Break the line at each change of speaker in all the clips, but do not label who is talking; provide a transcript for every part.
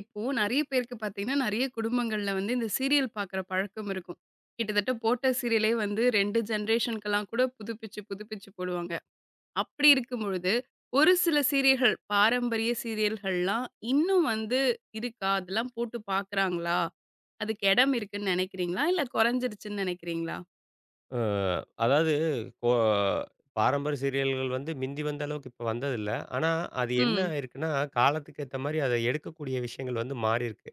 இப்போ நெறைய பேருக்கு பார்த்தீங்கன்னா, நெறைய குடும்பங்கள்ல வந்து இந்த சீரியல் பார்க்குற பழக்கம் இருக்கும். கிட்டத்தட்ட போட்ட சீரியலே வந்து 2 ஜெனரேஷனுக்கெல்லாம் கூட புதுப்பிச்சு, புதுப்பிச்சு போடுவாங்க. அப்படி இருக்கும் பொழுது, ஒரு சில சீரியல்கள், பாரம்பரிய சீரியல்கள்லாம் இன்னும் வந்து இருக்கா? அதெல்லாம் போட்டு பார்க்குறாங்களா? அதுக்கு இடம் இருக்குன்னு நெனைக்கிறீங்களா? இல்ல குறைஞ்சிருச்சுன்னு நெனைக்கிறீங்களா?
அ அதாவது கோ பாரம்பரிய சீரியல்கள் வந்து மிந்தி வந்த அளவுக்கு இப்ப வந்ததில்ல. ஆனா, அது என்ன
ம்.
ஆயிருக்குன்னா, காலத்துக்கு ஏத்த மாரி அத எடுக்கக்கூடிய விஷயங்கள் வந்து மாறியிருக்கு.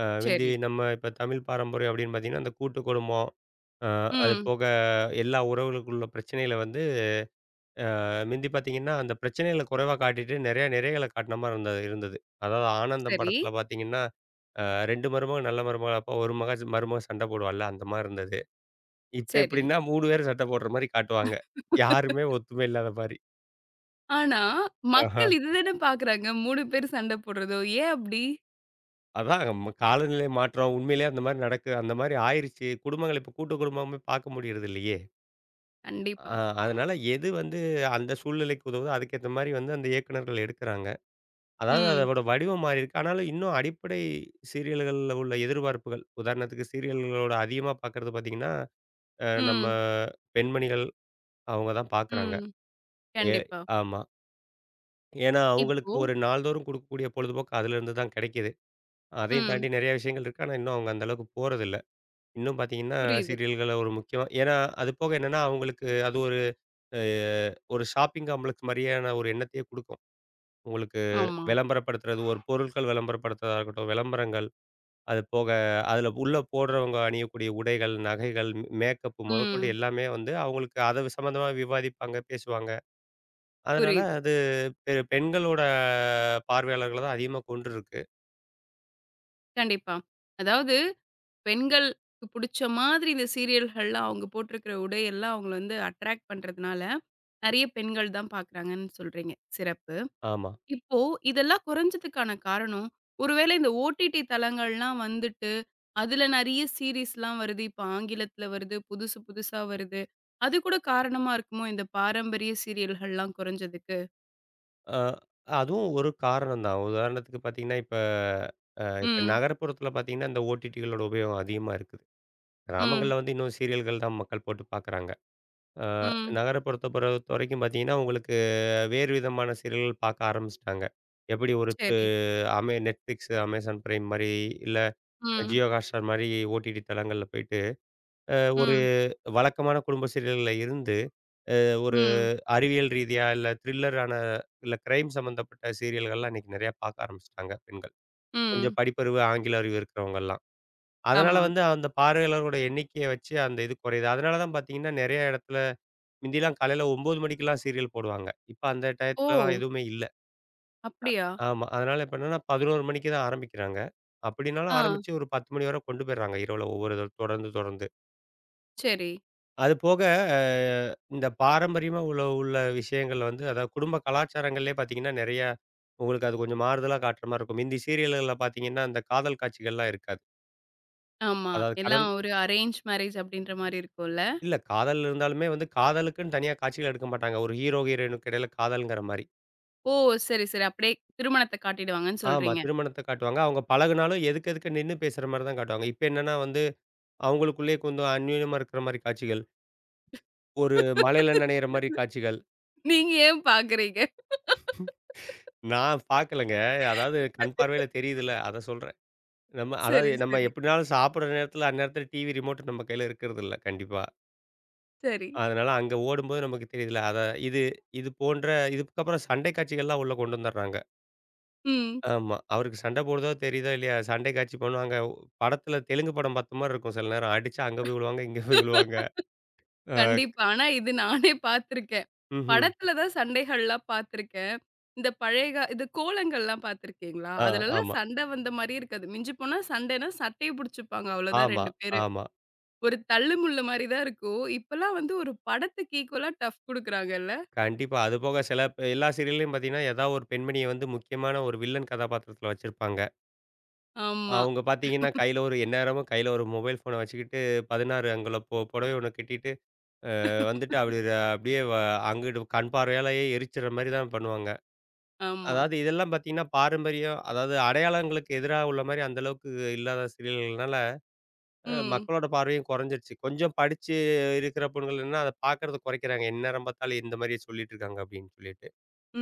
மிந்தி
சரி.
நம்ம இப்ப தமிழ் பாரம்பரியம் அப்படின்னு பார்த்தீங்கன்னா, அந்த கூட்டு குடும்பம், அ அது
ம்.
போக எல்லா உறவுகளுக்குள்ள பிரச்சனைகள வந்து மிந்தி பார்த்தீங்கன்னா, அந்த பிரச்சனைகள குறைவா காட்டிட்டு நெறைய நிறைகள காட்டின மாரி இருந்தது இருந்தது. அதாவது ஆனந்தம்
சரி,
படத்தில பார்த்தீங்கன்னா, அ 2 மருமக நல்ல மருமக அப்ப ஒரு மக மருமக சண்டை போடுவாள்ல அந்த மாரி இருந்தது. இப்ப
சரி.
எப்படின்னா 3 பேரும் சட்டை போடுற மாரி காட்டுவாங்க. யாருமே ஒத்துமை இல்லாத மாரி.
ஆனா,
ஆஹா.
மக்கள் இதுதானே பார்க்குறாங்க. 3 பேர் சண்டை போடுறதோ! ஏன் அப்படி?
அதான் நம்ம காலநிலை மாற்றம் உண்மையிலேயே அந்த மாரி நடக்கு அந்த மாரி ஆயிருச்சு. குடும்பங்கள் இப்ப கூட்டு குடும்பமே பார்க்க முடியறது இல்லையே.
கண்டிப்பா.
அ அதனால எது வந்து அந்த சூழ்நிலைக்கு உதவுதோ அதுக்கேத்த மாரி வந்து அந்த இயக்குனர்கள் எடுக்குறாங்க. அதாவது
ம்.
அதோட வடிவம் மாறி இருக்கு. ஆனாலும் இன்னும் அடிப்படை சீரியல்கள்ல உள்ள எதிர்பார்ப்புகள், உதாரணத்துக்கு சீரியல்களோட அதிகமா பார்க்கறது பார்த்தீங்கன்னா, நம்ம
ம்.
பெண்மணிகள் அவங்க தான் பார்க்குறாங்க.
ம்.
ஏ
கண்டிப்பா.
ஆமா. ஏன்னா, அவங்களுக்கு
இப்போ
ஒரு நாள்தோறும் குடுக்கக்கூடிய பொழுதுபோக்கு அதிலிருந்து தான் கிடைக்கிது. அதையும்
ம்.
தாண்டி நெறைய விஷயங்கள் இருக்கு. ஆனா, இன்னும் அவங்க அந்த அளவுக்கு போறதில்ல. இன்னும் பார்த்தீங்கன்னா,
புரியுது.
சீரியல்கள ஒரு முக்கியமா ஏன்னா, அது போக என்னன்னா, அவங்களுக்கு அது ஒரு அ ஒரு ஷாப்பிங் காம்ப்ளக்ஸ் மாரியான ஒரு எண்ணத்தையே குடுக்கும். உங்களுக்கு
ஆமா.
விளம்பரப்படுத்துறது, ஒரு பொருட்கள் விளம்பரப்படுத்துறதா இருக்கட்டும், விளம்பரங்கள். அது போக அதில உள்ள போடுறவங்க அணியக்கூடிய உடைகள், நகைகள், மேக்கப் முதற்கொண்டு
ம்.
எல்லாமே வந்து அவங்களுக்கு அத சம்மந்தமா விவாதிப்பாங்க, பேசுவாங்க. அதனால
புரியுது.
அது பெண்களோட பார்வையாளர்கள தான் அதிகமா கொன்றுருக்கு.
கண்டிப்பா. அதாவது பெண்களுக்கு புடிச்ச மாதிரி இந்த சீரியல்கள்லாம் அவங்க போட்டிருக்கிற உடையெல்லாம் அவங்கள வந்து அட்ராக்ட் பண்றதுனால, நெறைய பெண்கள் தான் பார்க்குறாங்கன்னு சொல்றீங்க. சிறப்பு.
ஆமா.
இப்போ இதெல்லாம் குறைஞ்சதுக்கான காரணம், ஒருவேளை இந்த ஓடிடி தளங்கள்லாம் வந்துட்டு, அதுல நெறைய சீரிஸ்லாம் வருது. இப்ப ஆங்கிலத்தில வருது, புதுசு புதுசா வருது. அது கூட காரணமா இருக்குமோ, இந்த பாரம்பரிய சீரியல்கள்லாம் குறைஞ்சதுக்கு?
அ அதுவும் ஒரு காரணம் தான். உதாரணத்துக்கு பார்த்தீங்கன்னா, இப்ப இப்ப
ம்,
நகரப்புறத்தில பார்த்தீங்கன்னா, இந்த ஓடிடிகளோட உபயோகம் அதிகமா இருக்குது.
ம்,
கிராமங்கள்ல வந்து இன்னும் சீரியல்கள் தான் மக்கள் போட்டு பார்க்குறாங்க. அ
ம்.
நகரப்புறத்த பொறுத்தவரைக்கும் பார்த்தீங்கன்னா, உங்களுக்கு வேறு விதமான சீரியல்கள் பார்க்க ஆரம்பிச்சுட்டாங்க. எப்படி ஒரு து
சரி.
Netflix, Amazon Prime மாரி, இல்ல
ம்,
Jio Hotstar மாரி ஓடிடி தளங்கள்ல போயிட்டு, அ ஒரு
ம்,
வழக்கமான குடும்ப சீரியல்கள்ல இருந்து, அ ஒரு
ம்,
அறிவியல் ரீதியா, இல்ல த்ரில்லரான இல்ல கிரைம் சம்மந்தப்பட்ட சீரியல்கள்லாம் இன்னைக்கு நெறையா பார்க்க ஆரம்பிச்சுட்டாங்க பெண்கள். கொஞ்சம்
ம்.
படிப்பறிவு, ஆங்கில அறிவு இருக்கிறவங்கலாம். அதனால
ஆமா.
வந்து அந்த பார்வையாளர்களோட எண்ணிக்கைய வச்சு அந்த இது குறையுது. அதனால தான் பார்த்தீங்கன்னா, நெறைய இடத்துல முந்திலாம் காலையில 9 மணிக்கெல்லாம் சீரியல் போடுவாங்க. இப்ப அந்த
ஓ!
டயத்துலலாம் எதுவுமே இல்ல.
அப்படியா?
ஆமா. அதனால இப்ப என்னன்னா 11 மணிக்கு தான் ஆரம்பிக்கிறாங்க. அப்படின்னாலும்
ஆ,
ஆரம்பிச்சு ஒரு 10 மணி வரை கொண்டு போயிடுறாங்க இரவுல ஒவ்வொரு தடவை தொடர்ந்து தொடர்ந்து.
சரி.
அது போக அ இந்த பாரம்பரியமா உள்ள உள்ள விஷயங்கள் வந்து அதாவது குடும்ப கலாச்சாரங்கள்லயே பார்த்தீங்கன்னா, நெறையா உங்களுக்கு அது கொஞ்சம் மாறுதலா காட்டுற மாரி இருக்கும். மிந்தி சீரியல்கள்ல பார்த்தீங்கன்னா, அந்த காதல் காட்சிகள்லாம் இருக்காது.
ஆமா.
அதாவது கடன்
எல்லாம் ஒரு அரேஞ்ச் மேரேஜ் அப்படின்ற மாரி இருக்கும்ல.
இல்ல காதல் இருந்தாலுமே வந்து காதலுக்குன்னு தனியா காட்சிகள் எடுக்க மாட்டாங்க. ஒரு ஹீரோ, ஹீரோயினுக்கு இடையில காதல்ங்கிற மாரி.
ஓ! சரி, சரி. அப்படியே திருமணத்த காட்டிடுவாங்கன்னு
ஆமா.
சொல்றீங்க.
திருமணத்த காட்டுவாங்க. அவங்க பழகுனாலும் எதுக்கு எதுக்கு நின்னு பேசுற மாரி தான் காட்டுவாங்க. இப்ப என்னன்னா வந்து, அவங்களுக்குள்ளேயே கொஞ்சம் அந்யோன்யமா இருக்கிற மாரி காட்சிகள். ஒரு மழையில நனையிற மாரி காட்சிகள்.
நீங்க ஏன் பாக்குறீங்க?
நான் பார்க்கலங்க. அதாவது கண் பார்வையில தெரியுதுல்ல. அத சொல்றேன். நம்ம அதாவது
சரி,
நம்ம
சரி,
எப்படினாலும் சாப்பிடுற நேரத்துல, அந்நேரத்துல டிவி ரிமோட் நம்ம கையில இருக்கிறதில்ல கண்டிப்பா.
சரி.
அதனால அங்க ஓடும்போது நமக்கு தெரியுதுல்ல. அத இது இது போன்ற இதுக்கப்புறம் சண்டை காட்சிகள்லாம் உள்ள கொண்டு வந்துடுறாங்க.
ம்.
ஆமா. அவருக்கு சண்டை போடுதோ தெரியுதோ இல்லையா, சண்டை காட்சி பண்ணுவாங்க. படத்துல தெலுங்கு படம் பார்த்த மாரி இருக்கும் சில நேரம். அடிச்சு அங்க போய் விழுவாங்க, இங்க போய் விழுவாங்க. அ
கண்டிப்பா. ஆனா இது நானே பார்த்துருக்கேன்.
ம்ஹ்ம்.
படத்துல தான் சண்டைகள்லாம் பார்த்துருக்கேன். இந்த பழைய கா இந்த கோலங்கள்லாம் பார்த்துருக்கீங்களா?
ஆ
அதுலலாம்
ஆமா,
சண்டை வந்த மாரியே இருக்காது. மிஞ்சி போனா சண்டைன்னா சட்டைய புடிச்சுப்பாங்க அவ்வளோதான்
ஆமா,
2 பேரு.
ஆமா.
ஒரு தள்ளு முள்ளு மாரி தான் இருக்கும். இப்பலாம் வந்து ஒரு படத்துக்கு ஈக்குவலா டஃப் குடுக்குறாங்கல்ல.
கண்டிப்பா. அதுபோக எல்லா சீரியல்லயும் பார்த்தீங்கன்னா, ஏதாவது ஒரு பெண்மணிய வந்து முக்கியமான ஒரு வில்லன் கதாபாத்திரத்துல வச்சிருப்பாங்க.
ஆமா,
அவங்க பார்த்தீங்கன்னா, கையில ஒரு மொபைல் ஃபோன வச்சுக்கிட்டு 16 அங்குல புடவை ஒண்ணு கட்டிட்டு, அ வந்துட்டு அப்படி ர- அப்படியே வ அங்குட்டு கண் பார்வையாலேயே எரிச்சிற மாரி தான் பண்ணுவாங்க.
ஆமா.
அதாவது இதெல்லாம் பார்த்தீங்கன்னா, பாரம்பரியம் அதாவது அடையாளங்களுக்கு எதிரா உள்ள மாரி அந்த அளவுக்கு இல்லாத சீரியல்கள்னால,
ம்,
மக்களோட பார்வையும் குறைஞ்சிருச்சு. கொஞ்சம் படிச்சு இருக்கிற பொண்ணுகள் என்னன்னா, அத பார்க்கறத குறைக்கிறாங்க. எந்நேரம் பார்த்தாலும் இந்த மாரியே சொல்லிட்டு இருக்காங்க அப்படின்னு சொல்லிட்டு.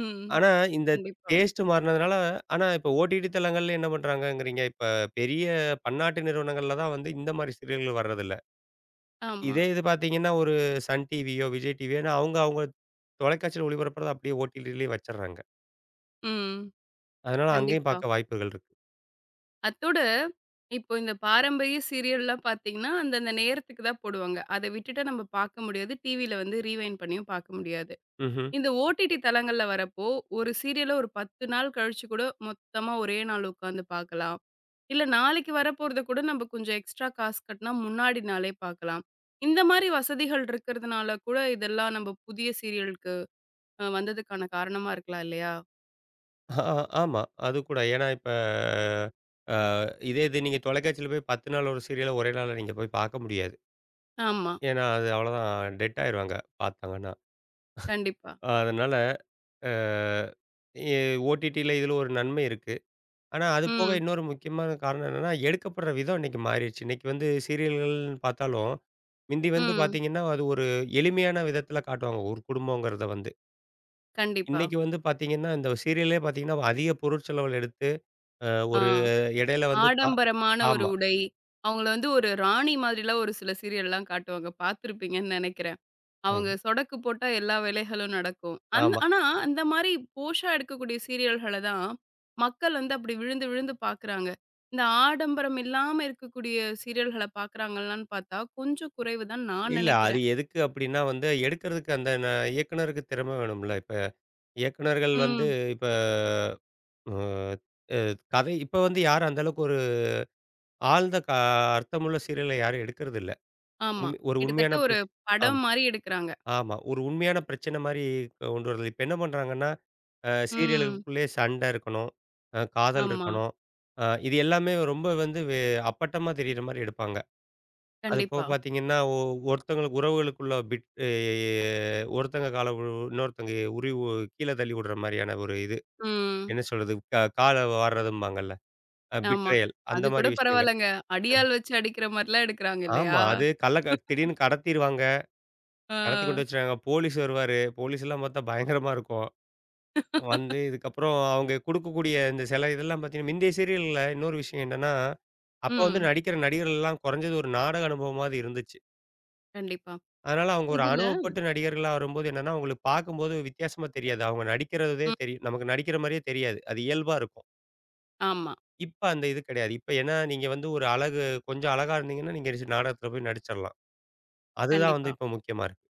ம்.
ஆனா, இந்த
கண்டிப்பா.
டேஸ்ட் மாறுனதுனால ஆனா இப்ப ஓடிடி தளங்கள்ல என்ன பண்றாங்கங்கிறீங்க? இப்ப பெரிய பன்னாட்டு நிறுவனங்கள்ல தான் வந்து இந்த மாரி சீரியல்கள் வர்றதில்ல.
ஆமா.
இது பார்த்தீங்கன்னா, ஒரு சன் டிவியோ, விஜய் டிவியோன்னு அவங்க தொலைக்காட்சியில ஒளிபரப்புறத அப்படியே ஓடிடிலயே வச்சர்றாங்க.
ம்.
அதனால அங்கேயும்
கண்டிப்பா.
பார்க்க வாய்ப்புகள் இருக்கு.
அத்தோட, இப்போ இந்த பாரம்பரிய சீரியல்லாம் பார்த்தீங்கன்னா, அந்தந்த நேரத்துக்கு தான் போடுவாங்க. அத விட்டுட்டா நம்ம பார்க்க முடியாது. டிவில வந்து ரீவைண்ட் பண்ணியும் பார்க்க முடியாது.
ம்ஹ்ம்.
இந்த ஓடிடி தளங்கள்ல வரப்போ, ஒரு சீரியல ஒரு 10 நாள் கழிச்சு கூட மொத்தமா ஒரே நாள் உட்காந்து பார்க்கலாம். இல்ல நாளைக்கு வரப்போறத கூட நம்ம கொஞ்சம் எக்ஸ்ட்ரா காசு கட்டினா முன்னாடி நாளே பார்க்கலாம். இந்த மாரி வசதிகள் இருக்கிறதுனால கூட இதெல்லாம் நம்ம புதிய சீரியலுக்கு வந்ததுக்கான காரணமா இருக்கலாம் இல்லையா?
ஆ ஆமா. அது கூட. ஏன்னா இப்ப அ இதே இது நீங்க தொலைக்காட்சியில போய் 10 நாள் ஒரு சீரியல ஒரே நாள்ல நீங்க போய் பார்க்க முடியாது.
ஆமா.
ஏன்னா, அது அவ்வளோதான் டெட் ஆயிருவாங்க பார்த்தாங்கன்னா.
கண்டிப்பா.
அதனால அ எ ஓடிடில இதில ஒரு நன்மை இருக்கு. ஆனா, அது போக
ம்.
இன்னொரு முக்கியமான காரணம் என்னன்னா, எடுக்கப்படுற விதம் இன்னைக்கு மாறிருச்சு. இன்னைக்கு வந்து சீரியல்கள்னு பார்த்தாலும், முந்தி வந்து
ம்.
பார்த்தீங்கன்னா, அது ஒரு எளிமையான விதத்தில காட்டுவாங்க. ஒரு குடும்பங்கிறத வந்து.
கண்டிப்பா.
இன்னைக்கு வந்து பார்த்தீங்கன்னா, இந்த சீரியலே பார்த்தீங்கன்னா, அதிக பொருட்செலவுல எடுத்து, அ
ஆ.
ஒரு இடையில வந்து கா
ஆடம்பரமான ஒரு
ஆமா.
உடை. அவங்கள வந்து ஒரு ராணி மாதிரிலாம் ஒரு சில சீரியல்லாம் காட்டுவாங்க. பார்த்துருப்பீங்கன்னு நெனைக்கிறேன். அவங்க சொடக்கு போட்டா எல்லா வேலைகளும் நடக்கும். அந்
ஆமா.
ஆனா அந்த மாரி போஷா எடுக்கக்கூடிய சீரியல்கள தான் மக்கள் வந்து அப்படி விழுந்து விழுந்து பார்க்குறாங்க. இந்த ஆடம்பரம் இல்லாம இருக்கக்கூடிய சீரியல்கள பார்க்குறாங்களான்னு பார்த்தா, கொஞ்சம் குறைவு தான் நான்
இல்ல அது
நெனைக்கிறேன்.
எதுக்கு அப்டின்னா வந்து, எடுக்கிறதுக்கு அந்த ந இயக்குனருக்கு திறமை வேணும்ல. இப்ப இயக்குனர்கள் வந்து
ம்.
இப்ப அ அ கதை இப்ப வந்து யாரும் அந்த அளவுக்கு ஆழ்ந்த க அர்த்தமுள்ள சீரியல யாரும் எடுக்கறதில்ல.
ஆமா. கிட்டத்தட்ட
உண்மையான
ஒரு
ஆம்,
படம் மாரி எடுக்குறாங்க.
ஆமா. ஒரு உண்மையான பிரச்சனை மாரி கொண்டு வரது. இப்ப என்ன பண்றாங்கன்னா,
ம்.
சீரியல்களுக்குள்ளேயே சண்டை இருக்கணும், காதல்
ஆமா.
இருக்கணும். இது எல்லாமே ரொம்ப வந்து அப்பட்டமா தெரியிற மாரி எடுப்பாங்க. அது போக
கண்டிப்பா.
பார்த்தீங்கன்னா, ஒருத்தங்களுக்கு உறவுகளுக்குள்ள பிட் எ ஒருத்தங்க கால உ இன்னொருத்தங்க உருவி கீழ தள்ளி விடுற மாரியான ஒரு இது.
ம்.
என்ன சொல்றது? கால வார்றதும்பாங்கல்ல.
ஆமா.
பிட்ரயல் அந்த
அது
மாரி
கூட
விஷயங்கள்.
பரவாயில்லங்க. அடியாள் வச்சு அடிக்கிற மாரிலாம் எடுக்குறாங்க
ஆமா.
இல்லையா?
அது கள்ள க திடீர்னு கடத்திருவாங்க.
ஆ.
கடத்தி கொண்டு வச்சுட்டாங்க. போலீஸ் வருவாரு. போலீஸ்லாம் பார்த்தா பயங்கரமா இருக்கும். வந்து இதுக்கப்புறம் அவங்க குடுக்கக்கூடிய இந்த சில இதெல்லாம் பார்த்தீங்கன்னா, முந்தைய சீரியல்ல இன்னொரு விஷயம் என்னன்னா, அப்ப வந்து
ம்.
நடிக்கிற நடிகர்கள்லாம் குறைஞ்சது ஒரு நாடக அனுபவமாவது இருந்துச்சு.
கண்டிப்பா.
அதனால அவங்க ஒரு
இதுல
அனுபவப்பட்டு நடிகர்களா வரும்போது என்னன்னா, அவங்களுக்கு பார்க்கும்போது வித்தியாசமா தெரியாது. அவங்க நடிக்கிறதே
ம்.
தெரியும். நமக்கு நடிக்கிற மாரியே தெரியாது. அது இயல்பா இருக்கும்.
ஆமா.
இப்ப அந்த இது கிடையாது. இப்ப ஏன்னா நீங்க வந்து ஒரு அழகு கொஞ்சம் அழகா இருந்தீங்கன்னா, நீங்க நாடகத்துல போய் நடிச்சிடலாம். அதுதான்
கண்டிப்பா,
வந்து இப்ப முக்கியமா இருக்கு.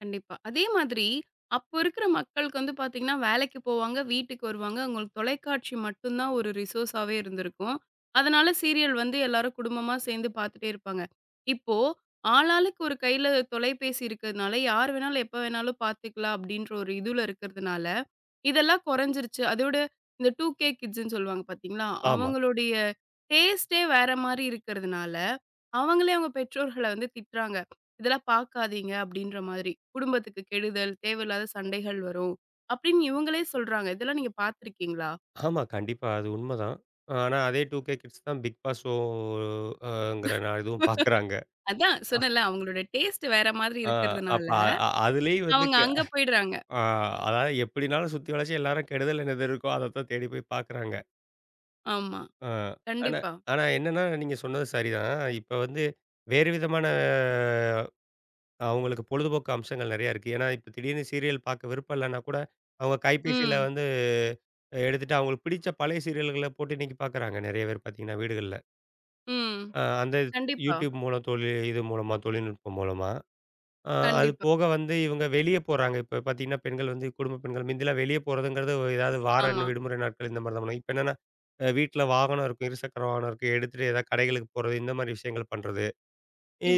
கண்டிப்பா. அதே மாதிரி அப்போ இருக்கிற மக்களுக்கு வந்து பாத்தீங்கன்னா, வேலைக்கு போவாங்க, வீட்டுக்கு வருவாங்க. அவங்களுக்கு தொலைக்காட்சி மட்டும் தான் ஒரு ரிசோர்ஸாவே இருந்திருக்கும். அதனால சீரியல் வந்து எல்லாரும் குடும்பமா சேர்ந்து பாத்துட்டே இருப்பாங்க. இப்போ ஆளாளுக்கு ஒரு கையில தொலைபேசி இருக்கிறதுனால, யார் வேணாலும் எப்ப வேணாலும் பாத்துக்கலாம் அப்படின்ற ஒரு இதுல இருக்கிறதுனால, இதெல்லாம் குறைஞ்சிருச்சு. அதோட இந்த 2கே கிட்ஸ்ன்னு சொல்லுவாங்க பார்த்தீங்களா?
ஆமா.
அவங்களுடைய டேஸ்ட்டே வேற மாரி இருக்கிறதுனால, அவங்களே அவங்க பெற்றோர்கள வந்து திட்டுறாங்க. "இதெல்லாம் பார்க்காதீங்க" அப்படின்ற மாதிரி. "குடும்பத்துக்கு கெடுதல், தேவையில்லாத சண்டைகள் வரும்" அப்படின்னு இவங்களே சொல்றாங்க. இதெல்லாம் நீங்க பார்த்துருக்கீங்களா?
ஆமா. கண்டிப்பா. அது உண்மதான். ஆனா, அதே 2கே கிட்ஸ் தான் பிக் பாஸ் ஷோ அ ங்கிற நான் இதுவும் பார்க்குறாங்க.
அதான் சொன்னேன்ல, அவங்களோட டேஸ்ட் வேற மாதிரி
அ அப்ப
இருக்கிறதுனால,
அ அ- அதுலயும் வந்து
அவங்க
கெ
அங்க போயிடுறாங்க.
அ அதாவது எப்படினாலும் சுத்தி வளச்சு எல்லாரும் கெடுதல் என்னது இருக்கோ, அதத்தான் தேடி போய் பார்க்குறாங்க.
ஆமா.
அ ஆனா
கண்டிப்பா.
ஆனா என்னன்னா, நீங்க சொன்னது சரிதான். இப்ப வந்து வேறு விதமான அஹ், அவங்களுக்கு பொழுதுபோக்கு அம்சங்கள் நெறையா இருக்கு. ஏன்னா, இப்ப திடீர்னு சீரியல் பார்க்க விருப்பம் இல்லன்னா கூட, அவங்க கைபேசியில
ம்.
வந்து எடுத்துட்டு அவங்களுக்கு பிடிச்ச பழைய சீரியல்கள போட்டு இன்னைக்கு பார்க்குறாங்க நெறைய பேர் பார்த்தீங்கன்னா, வீடுகள்ல.
ம்.
அந்த
கண்டிப்பா,
YouTube மூலம் தொழி இது மூலமா, தொழில்நுட்பம் மூலமா. அ அது
கண்டிப்பா.
போக வந்து இவங்க வெளிய போறாங்க. இப்ப பார்த்தீங்கன்னா, பெண்கள் வந்து குடும்ப பெண்கள் முந்திலாம் வெளிய போறதுங்கிறது ஏதாவது வார
ஆமா.
என்ன விடுமுறை நாட்கள் இந்த மாரி தான் பண்ணுவாங்க. இப்ப என்னன்னா, வீட்ல வாகனம் இருக்கும். இருசக்கர வாகனம் இருக்கு. எடுத்துட்டு ஏதாவது கடைகளுக்கு போறது, இந்த மாரி விஷயங்கள் பண்றது.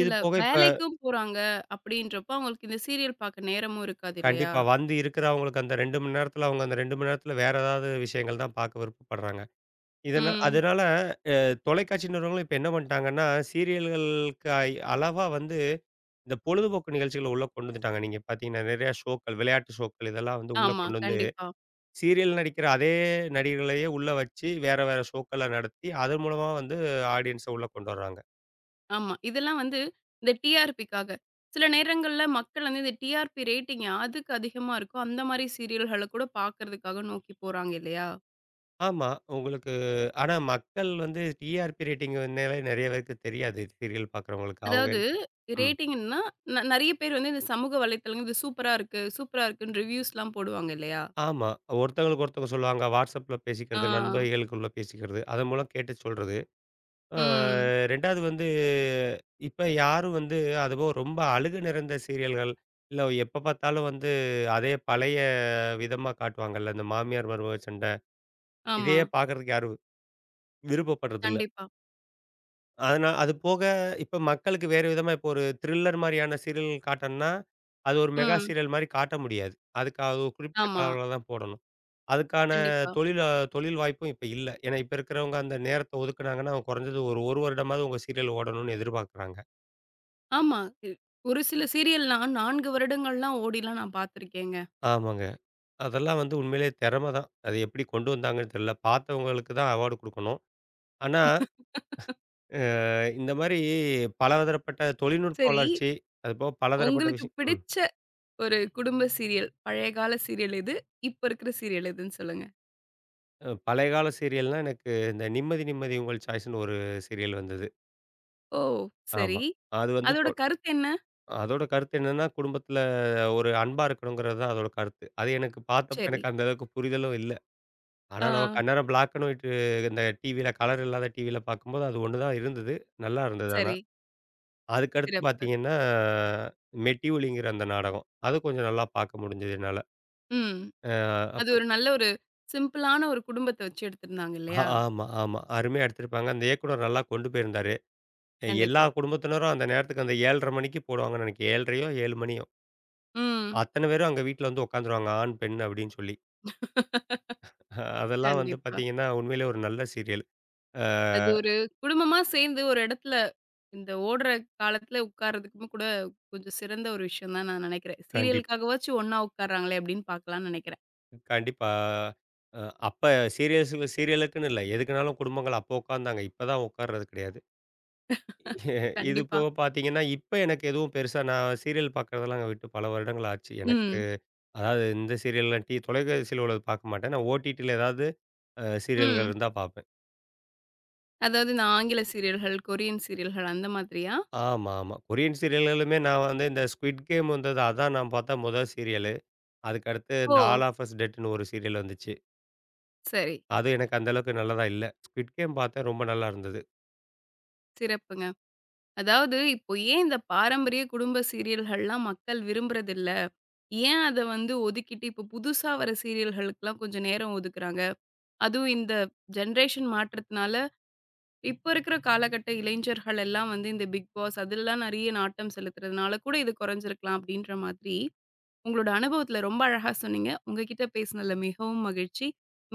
இது போக இப்ப
வேலைக்கும் போறாங்க அப்படின்றப்போ, அவங்களுக்கு இந்த சீரியல் பார்க்க நேரமும் இருக்காது இல்லையா?
கண்டிப்பா வந்து இருக்கிறவங்களுக்கு அந்த 2 மணி நேரத்தில அவங்க அந்த 2 மணி நேரத்தில வேற ஏதாவது விஷயங்கள் தான் பார்க்க விருப்பப்படுறாங்க.
ம்.
அதனால தொலைக்காட்சி நிறுவனங்களும் இப்ப என்ன பண்ணிட்டாங்கன்னா, சீரியல்களுக்கு அளவா வந்து இந்த பொழுதுபோக்கு நிகழ்ச்சிகள உள்ள கொண்டு வந்துட்டாங்க. நீங்க பார்த்தீங்கன்னா, நெறையா ஷோக்கள், விளையாட்டு ஷோக்கள் இதெல்லாம் வந்து உள்ள
ஆமா,
கொண்டு வந்து
கண்டிப்பா.
சீரியல் நடிக்கிற அதே நடிகர்களையே உள்ள வச்சு, வேற வேற ஷோக்கள்ல நடத்தி, அதன் மூலமா வந்து ஆடியன்ஸ உள்ள கொண்டு வர்றாங்க.
ஆமா. இதெல்லாம் வந்து இந்த டிஆர்பிக்காக. சில நேரங்கள்ல மக்கள் வந்து இந்த டிஆர்பி ரேட்டிங் யாதுக்கு அதிகமா இருக்கோ, அந்த மாரி சீரியல்கள கூட பார்க்கறதுக்காக நோக்கி போறாங்க இல்லையா?
ஆமா. உங்களுக்கு ஆனா மக்கள் வந்து டிஆர்பி ரேட்டிங் வந்தனாலே நெறைய பேருக்கு தெரியாது. சீரியல் பார்க்குறவங்களுக்கு. அவங்க
அதாவது
என்ன- ம்.
ரேட்டிங்ன்னா, நெறைய பேர் வந்து இந்த சமூக வலைத்தளங்கள் இது சூப்பரா இருக்கு, சூப்பரா இருக்குன்னு ரிவ்யூஸ்லாம் போடுவாங்க இல்லையா?
ஆமா. ஒருத்தவங்களுக்கு ஒருத்தவங்க சொல்லுவாங்க. WhatsAppல
ஆ.
பேசிக்கிறது, நண்பர்களுக்குள்ள பேசிக்கிறது. அதன் மூலம் கேட்டு சொல்றது. அ
ம்.
2வது வந்து, இப்ப யாரும் வந்து அதுபோக ரொம்ப அழுக நிறைந்த சீரியல்கள், இல்ல எப்ப பார்த்தாலும் வந்து அதே பழைய விதமா காட்டுவாங்கல்ல, இந்த மாமியார் மருமக சண்டை.
ஆமா.
இதையே பார்க்கறதுக்கு யாரும் விருப்பப்படுறதில்ல.
கண்டிப்பா.
அது போக இப்ப மக்களுக்கு வேறு விதமா இப்போ ஒரு த்ரில்லர் மாரியான சீரியல் காட்டணும்னா, அது ஒரு மெகா
ம்.
சீரியல் மாரி காட்ட முடியாது. அதுக்கு அது ஒரு குறிப்பிட்ட
ஆமா.
கால அளவுல தான் போடணும். அதுக்கான
கண்டிப்பா.
தொழில தொழில் வாய்ப்பும் இப்ப இல்ல. ஏன்னா இப்ப இருக்கிறவங்க அந்த நேரத்த ஒதுக்குனாங்கன்னா, குறைஞ்சது ஒரு 1 வருடமாவது உங்க சீரியல் ஓடணும்னு எதிர்பார்க்குறாங்க.
ஆமா. இ ஒரு சில சீரியல்லாம் 4 வருடங்கள்லாம் ஓடிலாம் நான் பார்த்துருக்கேங்க.
ஆமாங்க. அதெல்லாம் வந்து உண்மையிலேயே திறமை தான். அது எப்படி கொண்டு வந்தாங்கன்னு தெரியல. பார்த்தவங்களுக்கு தான் அவார்டு குடுக்கணும். ஆனா, அ இந்த மாரி பலதரப்பட்ட தொழில்நுட்ப
சரி,
வளர்ச்சி, அதுபோக பலதரப்பட்ட
உங்களுக்கு
விஷயம் ம்.
பிடிச்ச ஒரு குடும்ப சீரியல், பழைய கால சீரியல் எது? இப்ப இருக்கிற சீரியல் எதுன்னு சொல்லுங்க.
பழைய கால சீரியல்னா எனக்கு இந்த "நிம்மதி நிம்மதி உங்கள் சாய்ஸ்ன்னு" ஒரு சீரியல் வந்தது.
ஓ! சரி.
ஆமா. அது வந்து தொ
அதோட கருத்து என்ன?
அதோட கருத்து என்னன்னா, குடும்பத்தில ஒரு அன்பா இருக்கணுங்கிறது தான் அதோட கருத்து. அது எனக்கு பார்த்தப்ப
சரி.
எனக்கு அந்த அளவுக்கு புரிதலும் இல்ல. ஆனா
ஆ
நமக்கு அந்நேரம் பிளாக் அண்ட் ஒயிட் இந்த டிவியில கலர் இல்லாத டிவியில பார்க்கும்போது அது ஒண்ணு தான் இருந்தது. நல்லா இருந்தது ஆனா.
சரி.
அதுக்கடுத்து
சிறப்பு.
பார்த்தீங்கன்னா, மெட்டிஒலிங்கிற அந்த நாடகம். அது கொஞ்சம் நல்லா பார்க்க முடிஞ்சது என்னால.
ம்.
அ
அது
அப்ப
ஒரு நல்ல ஒரு சிம்பிளான ஒரு குடும்பத்த வச்சு எடுத்திருந்தாங்க இல்லையா?
ஆமா. அருமையா எடுத்திருப்பாங்க. அந்த இயக்குனர் நல்லா கொண்டு போயிருந்தாரு. எல்லா
கண்டிப்பா.
குடும்பத்தினரும் அந்த நேரத்துக்கு அந்த 7:30 மணிக்கு போடுவாங்கன்னு நினைக்கிறேன். 7:30யோ 7 மணியோ.
ம்.
அத்தன பேரும் அங்க வீட்ல வந்து உட்காந்துருவாங்க. ஆண், பெண் அப்படின்னு சொல்லி. அதெல்லாம் வந்து
கண்டிப்பா.
பார்த்தீங்கன்னா, உண்மையிலேயே ஒரு நல்ல சீரியல். அ
அது ஒரு குடும்பமா சேர்ந்து ஒரு இடத்துல இந்த ஓடுற காலத்துல உட்கார்றதுக்குமே கூட கொஞ்சம் சிறந்த ஒரு விஷயம் தான் நான் நினைக்கிறேன்.
கண்டிப்
சீரியலுக்காகவாச்சும் ஒண்ணா உட்கார்றாங்களே அப்படின்னு பார்க்கலாம்னு நினைக்கிறேன்.
கண்டிப்பா. அ அப்ப சீரியல்ஸுக்கு சீரியலுக்குன்னு இல்ல. எதுக்குனாலும் குடும்பங்கள் அப்போ உட்காந்தாங்க. இப்ப தான் உட்கார்றது கிடையாது. இது
கண்டிப்பா.
போக பார்த்தீங்கன்னா, இப்ப எனக்கு எதுவும் பெருசா நான் சீரியல் பார்க்குறதெல்லாம் விட்டு பல வருடங்கள் ஆச்சு. எனக்கு
ம்.
அதாவது இந்த சீரியல்லாம் தொலைக்காட்சியில உள்ளது பார்க்க மாட்டேன். நான் ஓடிடில ஏதாவது சீரியல்கள்
ம்.
இருந்தா பார்ப்பேன்.
அதாவது இந்த ஆங்கில சீரியல்கள், கொரியன் சீரியல்கள் அந்த மாதிரியா?
ஆமா. கொரியன் சீரியல்களுமே நான் வந்து இந்த ஸ்குவிட் கேம் வந்தது அதான் நான் பார்த்த முதல் சீரியலு. அதுக்கடுத்து
ஓ!
இந்த ஆல் ஆஃப் அஸ் டெட்ன்னு ஒரு சீரியல் வந்துச்சு.
சரி.
அது எனக்கு அந்த அளவுக்கு நல்லதா இல்ல. ஸ்குவிட் கேம் பார்த்தேன் ரொம்ப நல்லா இருந்தது.
சிறப்புங்க. அதாவது இப்போ ஏன் இந்த பாரம்பரிய குடும்ப சீரியல்கள்லாம் மக்கள் விரும்புறதில்ல? ஏன் அத வந்து ஒதுக்கிட்டு இப்போ புதுசா வர சீரியல்களுக்குலாம் கொஞ்சம் நேரம் ஒதுக்குறாங்க? அதுவும் இந்த ஜெனரேஷன் மாற்றத்தினால இப்ப இருக்கிற காலகட்ட இளைஞர்கள் எல்லாம் வந்து இந்த பிக் பாஸ் அதெல்லாம் நிறைய நாட்டம் செலுத்துறதுனால கூட இது குறைஞ்சிருக்கலாம் அப்படின்ற மாதிரி உங்களோட அனுபவத்துல ரொம்ப அழகா சொன்னீங்க. உங்ககிட்ட பேசினதுல மிகவும் மகிழ்ச்சி.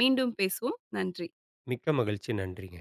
மீண்டும் பேசுவோம். நன்றி.
மிக்க மகிழ்ச்சி. நன்றிங்க.